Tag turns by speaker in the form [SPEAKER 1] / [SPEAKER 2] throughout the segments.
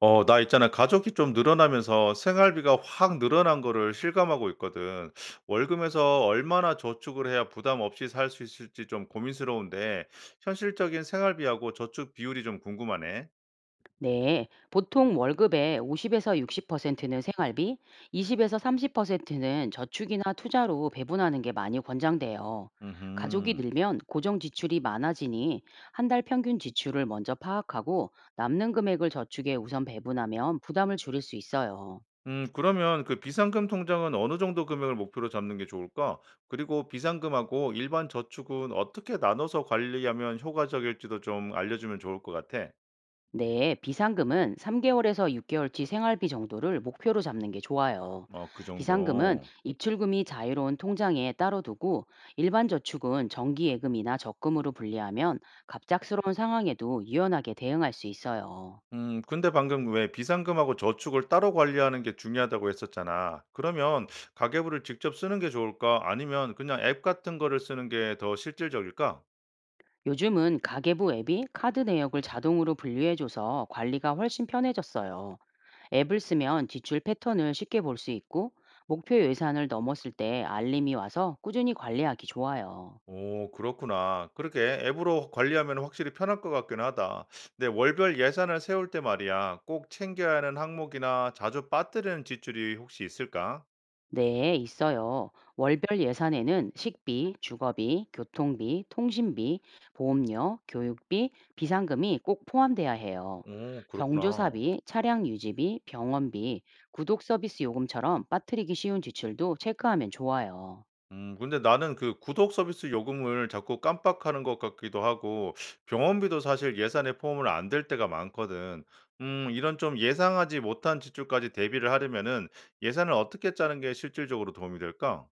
[SPEAKER 1] 어, 나 있잖아. 가족이 좀 늘어나면서 생활비가 확 늘어난 거를 실감하고 있거든. 월급에서 얼마나 저축을 해야 부담 없이 살 수 있을지 좀 고민스러운데, 현실적인 생활비하고 저축 비율이 좀 궁금하네.
[SPEAKER 2] 네, 보통 월급의 50에서 60%는 생활비, 20에서 30%는 저축이나 투자로 배분하는 게 많이 권장돼요. 가족이
[SPEAKER 1] 음,
[SPEAKER 2] 늘면 고정 지출이 많아지니 한 달 평균 지출을 먼저 파악하고 남는 금액을 저축에 우선 배분하면 부담을 줄일 수 있어요.
[SPEAKER 1] 그러면 그 비상금 통장은 어느 정도 금액을 목표로 잡는 게 좋을까? 그리고 비상금하고 일반 저축은 어떻게 나눠서 관리하면 효과적일지도 좀 알려주면 좋을 것 같아.
[SPEAKER 2] 네, 비상금은 3개월에서 6개월치 생활비 정도를 목표로 잡는 게 좋아요.
[SPEAKER 1] 어, 그
[SPEAKER 2] 비상금은
[SPEAKER 1] 정도.
[SPEAKER 2] 입출금이 자유로운 통장에 따로 두고 일반 저축은 정기예금이나 적금으로 분리하면 갑작스러운 상황에도 유연하게 대응할 수 있어요.
[SPEAKER 1] 근데 방금 왜 비상금하고 저축을 따로 관리하는 게 중요하다고 했었잖아. 그러면 가계부를 직접 쓰는 게 좋을까? 아니면 그냥 앱 같은 거를 쓰는 게 더 실질적일까?
[SPEAKER 2] 요즘은 가계부 앱이 카드 내역을 자동으로 분류해줘서 관리가 훨씬 편해졌어요. 앱을 쓰면 지출 패턴을 쉽게 볼 수 있고 목표 예산을 넘었을 때 알림이 와서 꾸준히 관리하기 좋아요.
[SPEAKER 1] 오, 그렇구나. 그렇게 앱으로 관리하면 확실히 편할 것 같긴 하다. 근데 월별 예산을 세울 때 말이야. 꼭 챙겨야 하는 항목이나 자주 빠뜨리는 지출이 혹시 있을까?
[SPEAKER 2] 네, 있어요. 월별 예산에는 식비, 주거비, 교통비, 통신비, 보험료, 교육비, 비상금이 꼭 포함돼야 해요.
[SPEAKER 1] 오, 그렇구나.
[SPEAKER 2] 경조사비, 차량 유지비, 병원비, 구독 서비스 요금처럼 빠뜨리기 쉬운 지출도 체크하면 좋아요.
[SPEAKER 1] 근데 나는 그 구독 서비스 요금을 자꾸 깜빡하는 것 같기도 하고 병원비도 사실 예산에 포함을 안 될 때가 많거든. 이런 좀 예상하지 못한 지출까지 대비를 하려면은 예산을 어떻게 짜는 게 실질적으로 도움이 될까?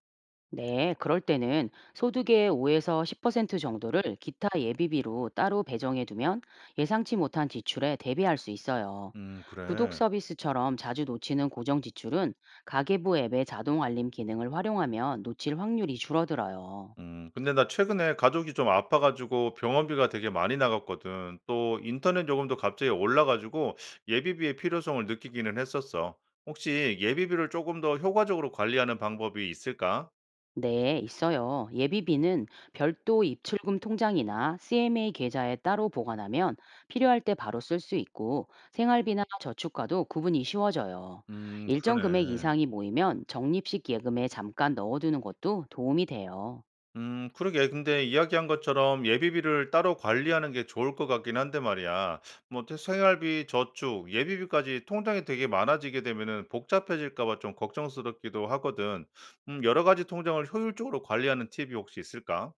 [SPEAKER 2] 네, 그럴 때는 소득의 5에서 10% 정도를 기타 예비비로 따로 배정해 두면 예상치 못한 지출에 대비할 수 있어요. 구독
[SPEAKER 1] 그래.
[SPEAKER 2] 서비스처럼 자주 놓치는 고정 지출은 가계부 앱의 자동 알림 기능을 활용하면 놓칠 확률이 줄어들어요.
[SPEAKER 1] 근데 나 최근에 가족이 좀 아파 가지고 병원비가 되게 많이 나갔거든. 또 인터넷 요금도 갑자기 올라 가지고 예비비의 필요성을 느끼기는 했었어. 혹시 예비비를 조금 더 효과적으로 관리하는 방법이 있을까?
[SPEAKER 2] 네, 있어요. 예비비는 별도 입출금 통장이나 CMA 계좌에 따로 보관하면 필요할 때 바로 쓸 수 있고 생활비나 저축과도 구분이 쉬워져요. 일정 금액
[SPEAKER 1] 그러네.
[SPEAKER 2] 이상이 모이면 적립식 예금에 잠깐 넣어두는 것도 도움이 돼요.
[SPEAKER 1] 그러게 근데 이야기한 것처럼 예비비를 따로 관리하는 게 좋을 것 같긴 한데 말이야. 뭐 태 생활비, 저축, 예비비까지 통장이 되게 많아지게 되면은 복잡해질까 봐 좀 걱정스럽기도 하거든. 여러 가지 통장을 효율적으로 관리하는 팁이 혹시 있을까?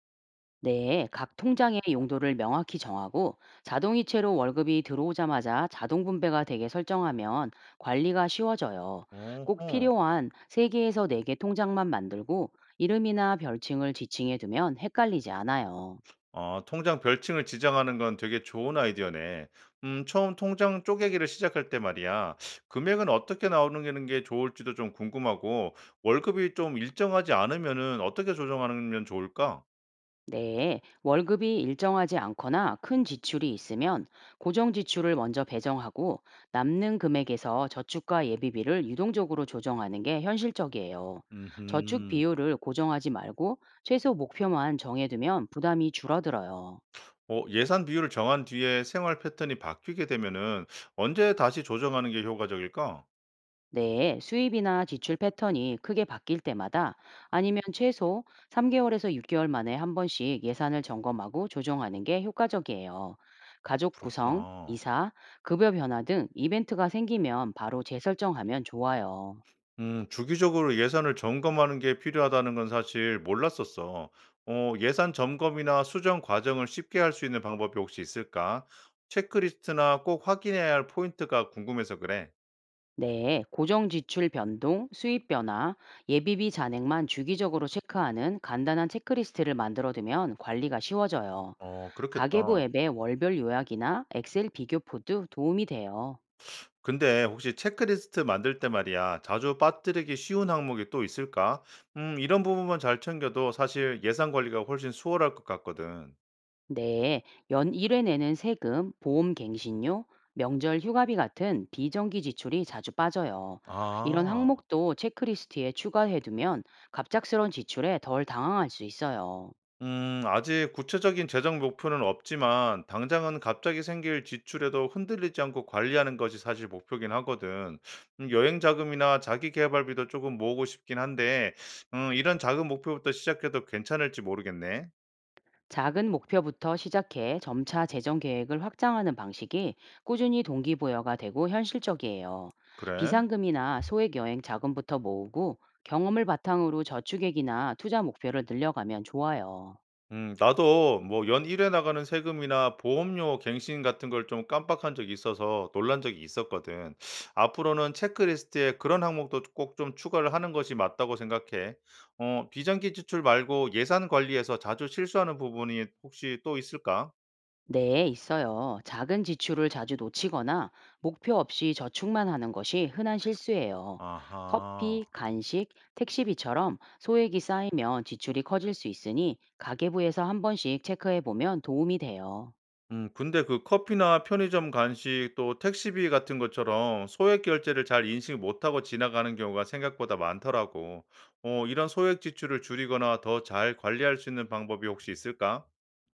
[SPEAKER 2] 네, 각 통장의 용도를 명확히 정하고 자동이체로 월급이 들어오자마자 자동 분배가 되게 설정하면 관리가 쉬워져요. 꼭
[SPEAKER 1] 어허.
[SPEAKER 2] 필요한 3개에서 4개 통장만 만들고 이름이나 별칭을 지칭해 두면 헷갈리지 않아요.
[SPEAKER 1] 어, 통장 별칭을 지정하는 건 되게 좋은 아이디어네. 처음 통장 쪼개기를 시작할 때 말이야. 금액은 어떻게 나오는 게 좋을지도 좀 궁금하고, 월급이 좀 일정하지 않으면은 어떻게 조정하면 좋을까?
[SPEAKER 2] 네, 월급이 일정하지 않거나 큰 지출이 있으면 고정 지출을 먼저 배정하고 남는 금액에서 저축과 예비비를 유동적으로 조정하는 게 현실적이에요. 저축
[SPEAKER 1] 음,
[SPEAKER 2] 비율을 고정하지 말고 최소 목표만 정해두면 부담이 줄어들어요.
[SPEAKER 1] 어, 예산 비율을 정한 뒤에 생활 패턴이 바뀌게 되면은 언제 다시 조정하는 게 효과적일까?
[SPEAKER 2] 네, 수입이나 지출 패턴이 크게 바뀔 때마다 아니면 최소 3개월에서 6개월 만에 한 번씩 예산을 점검하고 조정하는 게 효과적이에요. 가족 구성,
[SPEAKER 1] 그렇구나.
[SPEAKER 2] 이사, 급여 변화 등 이벤트가 생기면 바로 재설정하면 좋아요.
[SPEAKER 1] 주기적으로 예산을 점검하는 게 필요하다는 건 사실 몰랐었어. 어, 예산 점검이나 수정 과정을 쉽게 할 수 있는 방법이 혹시 있을까? 체크리스트나 꼭 확인해야 할 포인트가 궁금해서 그래.
[SPEAKER 2] 네, 고정 지출 변동, 수입 변화, 예비비 잔액만 주기적으로 체크하는 간단한 체크리스트를 만들어두면 관리가 쉬워져요.
[SPEAKER 1] 어,
[SPEAKER 2] 가계부
[SPEAKER 1] 그렇겠다.
[SPEAKER 2] 앱의 월별 요약이나 엑셀 비교 표도 도움이 돼요.
[SPEAKER 1] 근데 혹시 체크리스트 만들 때 말이야, 자주 빠뜨리기 쉬운 항목이 또 있을까? 이런 부분만 잘 챙겨도 사실 예산 관리가 훨씬 수월할 것 같거든.
[SPEAKER 2] 네, 연 1회 내는 세금, 보험 갱신료, 명절 휴가비 같은 비정기 지출이 자주 빠져요. 이런
[SPEAKER 1] 아.
[SPEAKER 2] 항목도 체크리스트에 추가해두면 갑작스런 지출에 덜 당황할 수 있어요.
[SPEAKER 1] 아직 구체적인 재정 목표는 없지만, 당장은 갑자기 생길 지출에도 흔들리지 않고 관리하는 것이 사실 목표긴 하거든. 여행 자금이나 자기 개발비도 조금 모으고 싶긴 한데, 이런 작은 목표부터 시작해도 괜찮을지 모르겠네.
[SPEAKER 2] 작은 목표부터 시작해 점차 재정 계획을 확장하는 방식이 꾸준히 동기부여가 되고 현실적이에요.
[SPEAKER 1] 그래.
[SPEAKER 2] 비상금이나 소액 여행 자금부터 모으고 경험을 바탕으로 저축액이나 투자 목표를 늘려가면 좋아요.
[SPEAKER 1] 나도 뭐 연 1회 나가는 세금이나 보험료 갱신 같은 걸 좀 깜빡한 적이 있어서 놀란 적이 있었거든. 앞으로는 체크리스트에 그런 항목도 꼭 좀 추가를 하는 것이 맞다고 생각해. 어, 비정기 지출 말고 예산 관리에서 자주 실수하는 부분이 혹시 또 있을까?
[SPEAKER 2] 네, 있어요. 작은 지출을 자주 놓치거나 목표 없이 저축만 하는 것이 흔한 실수예요.
[SPEAKER 1] 아하.
[SPEAKER 2] 커피, 간식, 택시비처럼 소액이 쌓이면 지출이 커질 수 있으니 가계부에서 한 번씩 체크해 보면 도움이 돼요.
[SPEAKER 1] 근데 그 커피나 편의점 간식 또 택시비 같은 것처럼 소액 결제를 잘 인식 못하고 지나가는 경우가 생각보다 많더라고. 어 이런 소액 지출을 줄이거나 더 잘 관리할 수 있는 방법이 혹시 있을까?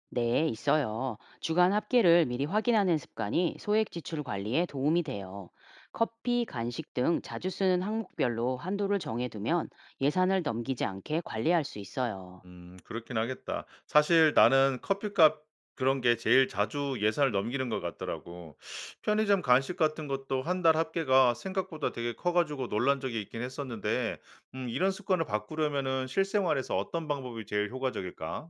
[SPEAKER 2] 네, 있어요. 주간 합계를 미리 확인하는 습관이 소액 지출 관리에 도움이 돼요. 커피, 간식 등 자주 쓰는 항목별로 한도를 정해두면 예산을 넘기지 않게 관리할 수 있어요.
[SPEAKER 1] 그렇긴 하겠다. 사실 나는 커피값 그런 게 제일 자주 예산을 넘기는 것 같더라고. 편의점 간식 같은 것도 한 달 합계가 생각보다 되게 커 가지고 놀란 적이 있긴 했었는데 이런 습관을 바꾸려면은 실생활에서 어떤 방법이 제일 효과적일까?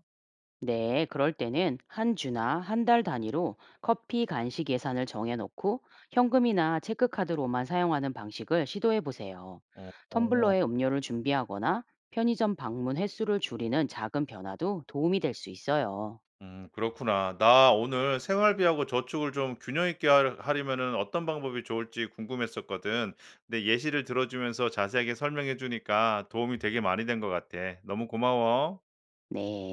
[SPEAKER 2] 네, 그럴 때는 한 주나 한 달 단위로 커피 간식 예산을 정해놓고 현금이나 체크카드로만 사용하는 방식을 시도해 보세요.
[SPEAKER 1] 어 어.
[SPEAKER 2] 텀블러에 음료를 준비하거나 편의점 방문 횟수를 줄이는 작은 변화도 도움이 될 수 있어요.
[SPEAKER 1] 그렇구나. 나 오늘 생활비하고 저축을 좀 균형 있게 하려면은 어떤 방법이 좋을지 궁금했었거든. 근데 예시를 들어 주면서 자세하게 설명해 주니까 도움이 되게 많이 된 것 같아. 너무 고마워.
[SPEAKER 2] 네.